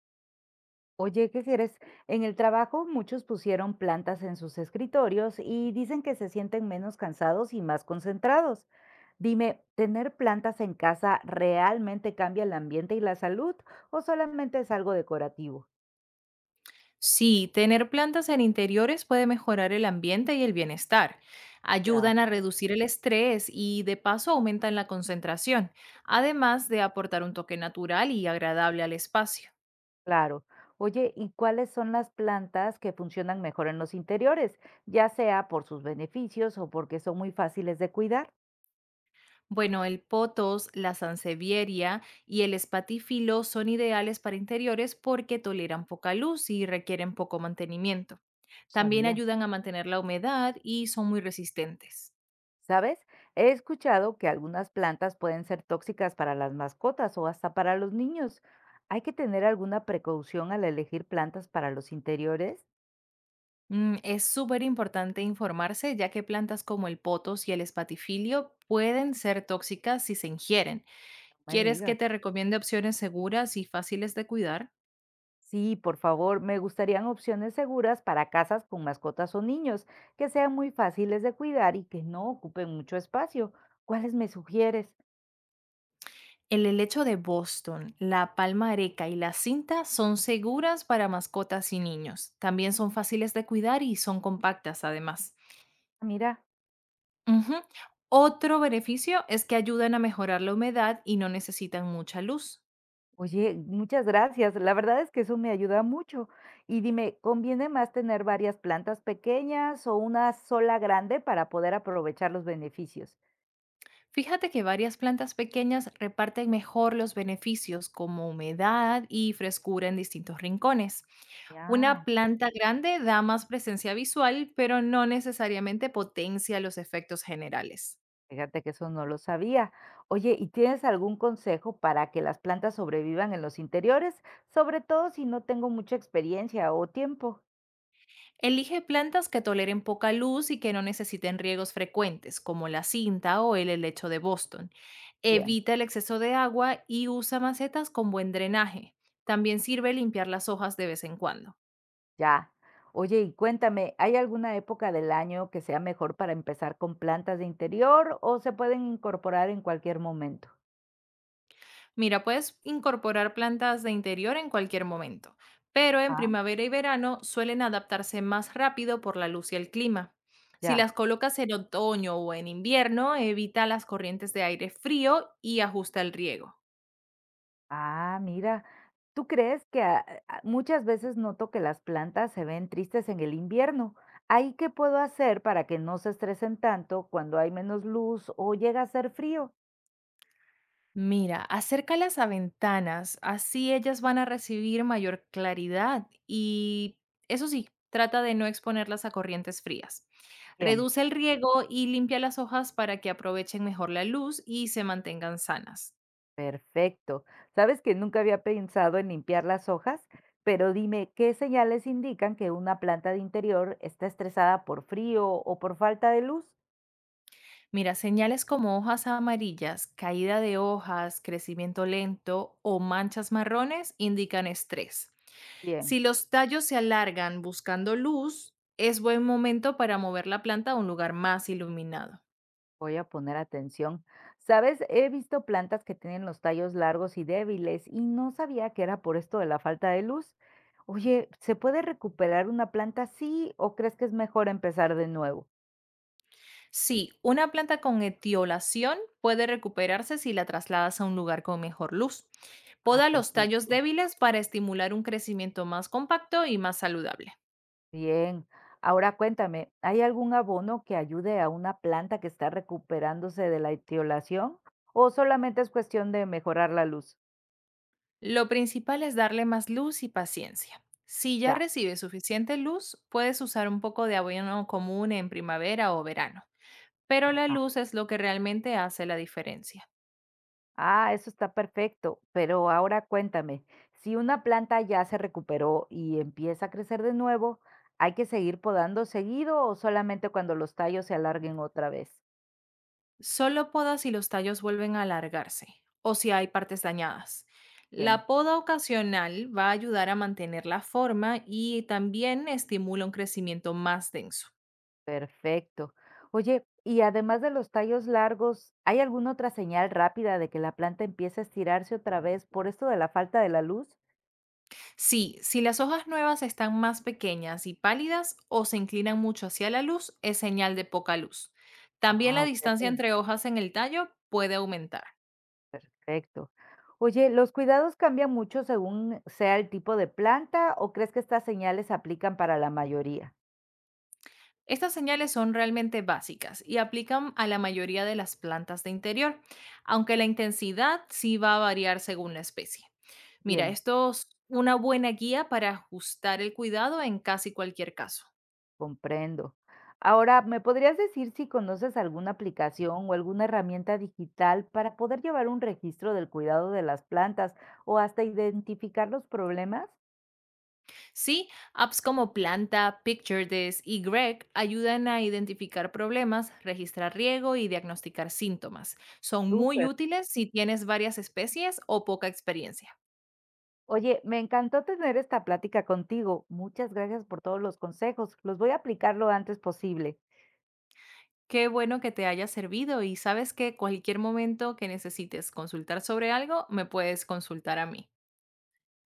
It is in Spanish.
Oye, ¿qué quieres? En el trabajo muchos pusieron plantas en sus escritorios y dicen que se sienten menos cansados y más concentrados. Dime, ¿tener plantas en casa realmente cambia el ambiente y la salud o solamente es algo decorativo? Sí, tener plantas en interiores puede mejorar el ambiente y el bienestar. Ya, Ayudan a reducir el estrés y de paso aumentan la concentración, además de aportar un toque natural y agradable al espacio. claro. Oye, ¿y cuáles son las plantas que funcionan mejor en los interiores, ya sea por sus beneficios o porque son muy fáciles de cuidar? Bueno, el potos, la sansevieria y el espatifilo son ideales para interiores porque toleran poca luz y requieren poco mantenimiento. También Sabía. ayudan a mantener la humedad y son muy resistentes. ¿Sabes? He escuchado que algunas plantas pueden ser tóxicas para las mascotas o hasta para los niños. ¿Hay que tener alguna precaución al elegir plantas para los interiores? Es súper importante informarse, ya que plantas como el potos y el espatifilio pueden ser tóxicas si se ingieren. No me ¿Quieres que digas. te recomiende opciones seguras y fáciles de cuidar? Sí, por favor, me gustarían opciones seguras para casas con mascotas o niños, que sean muy fáciles de cuidar y que no ocupen mucho espacio. ¿Cuáles me sugieres? El helecho de Boston, la palma areca y la cinta son seguras para mascotas y niños. También son fáciles de cuidar y son compactas además. Mira. Ujú. Otro beneficio es que ayudan a mejorar la humedad y no necesitan mucha luz. Oye, muchas gracias. La verdad es que eso me ayuda mucho. Y dime, ¿conviene más tener varias plantas pequeñas o una sola grande para poder aprovechar los beneficios? Fíjate que varias plantas pequeñas reparten mejor los beneficios como humedad y frescura en distintos rincones. Ya, Una planta grande da más presencia visual, pero no necesariamente potencia los efectos generales. fíjate que eso no lo sabía. Oye, ¿y tienes algún consejo para que las plantas sobrevivan en los interiores? Sobre todo si no tengo mucha experiencia o tiempo. Elige plantas que toleren poca luz y que no necesiten riegos frecuentes, como la cinta o el helecho de Boston. Bien, Evita el exceso de agua y usa macetas con buen drenaje. También sirve limpiar las hojas de vez en cuando. ya. Oye, y cuéntame, ¿hay alguna época del año que sea mejor para empezar con plantas de interior o se pueden incorporar en cualquier momento? Mira, puedes incorporar plantas de interior en cualquier momento, pero en primavera y verano suelen adaptarse más rápido por la luz y el clima. Si Ya. las colocas en otoño o en invierno, evita las corrientes de aire frío y ajusta el riego. Ah, mira. ¿Tú crees que muchas veces noto que las plantas se ven tristes en el invierno? ¿Ahí qué puedo hacer para que no se estresen tanto cuando hay menos luz o llega a ser frío? Mira, acércalas a ventanas, así ellas van a recibir mayor claridad y, eso sí, trata de no exponerlas a corrientes frías. Bien, Reduce el riego y limpia las hojas para que aprovechen mejor la luz y se mantengan sanas. perfecto. Sabes que nunca había pensado en limpiar las hojas, pero dime, ¿qué señales indican que una planta de interior está estresada por frío o por falta de luz? Mira, señales como hojas amarillas, caída de hojas, crecimiento lento o manchas marrones indican estrés. Bien. Si los tallos se alargan buscando luz, es buen momento para mover la planta a un lugar más iluminado. Voy a poner atención. Sabes, he visto plantas que tienen los tallos largos y débiles y no sabía que era por esto de la falta de luz. Oye, ¿se puede recuperar una planta así o crees que es mejor empezar de nuevo? Sí, una planta con etiolación puede recuperarse si la trasladas a un lugar con mejor luz. Ah, Poda los tallos perfecto. débiles para estimular un crecimiento más compacto y más saludable. Bien. Ahora cuéntame, ¿hay algún abono que ayude a una planta que está recuperándose de la etiolación o solamente es cuestión de mejorar la luz? Lo principal es darle más luz y paciencia. Si ya Ya. recibe suficiente luz, puedes usar un poco de abono común en primavera o verano, pero la Ajá. luz es lo que realmente hace la diferencia. Ah, eso está perfecto, pero ahora cuéntame, si una planta ya se recuperó y empieza a crecer de nuevo, ¿hay que seguir podando seguido o solamente cuando los tallos se alarguen otra vez? Solo poda si los tallos vuelven a alargarse o si hay partes dañadas. Bien, La poda ocasional va a ayudar a mantener la forma y también estimula un crecimiento más denso. perfecto. Oye, y además de los tallos largos, ¿hay alguna otra señal rápida de que la planta empieza a estirarse otra vez por esto de la falta de la luz? Sí, si las hojas nuevas están más pequeñas y pálidas o se inclinan mucho hacia la luz, es señal de poca luz. También Ah, la distancia ok. entre hojas en el tallo puede aumentar. Perfecto. Oye, ¿los cuidados cambian mucho según sea el tipo de planta o crees que estas señales se aplican para la mayoría? Estas señales son realmente básicas y aplican a la mayoría de las plantas de interior, aunque la intensidad sí va a variar según la especie. Mira, Bien, esto es una buena guía para ajustar el cuidado en casi cualquier caso. comprendo. Ahora, ¿me podrías decir si conoces alguna aplicación o alguna herramienta digital para poder llevar un registro del cuidado de las plantas o hasta identificar los problemas? Sí, apps como Planta, PictureDesk y Greg ayudan a identificar problemas, registrar riego y diagnosticar síntomas. Son muy Súper. útiles si tienes varias especies o poca experiencia. Oye, me encantó tener esta plática contigo. Muchas gracias por todos los consejos. Los voy a aplicar lo antes posible. Qué bueno que te haya servido y sabes que cualquier momento que necesites consultar sobre algo, me puedes consultar a mí.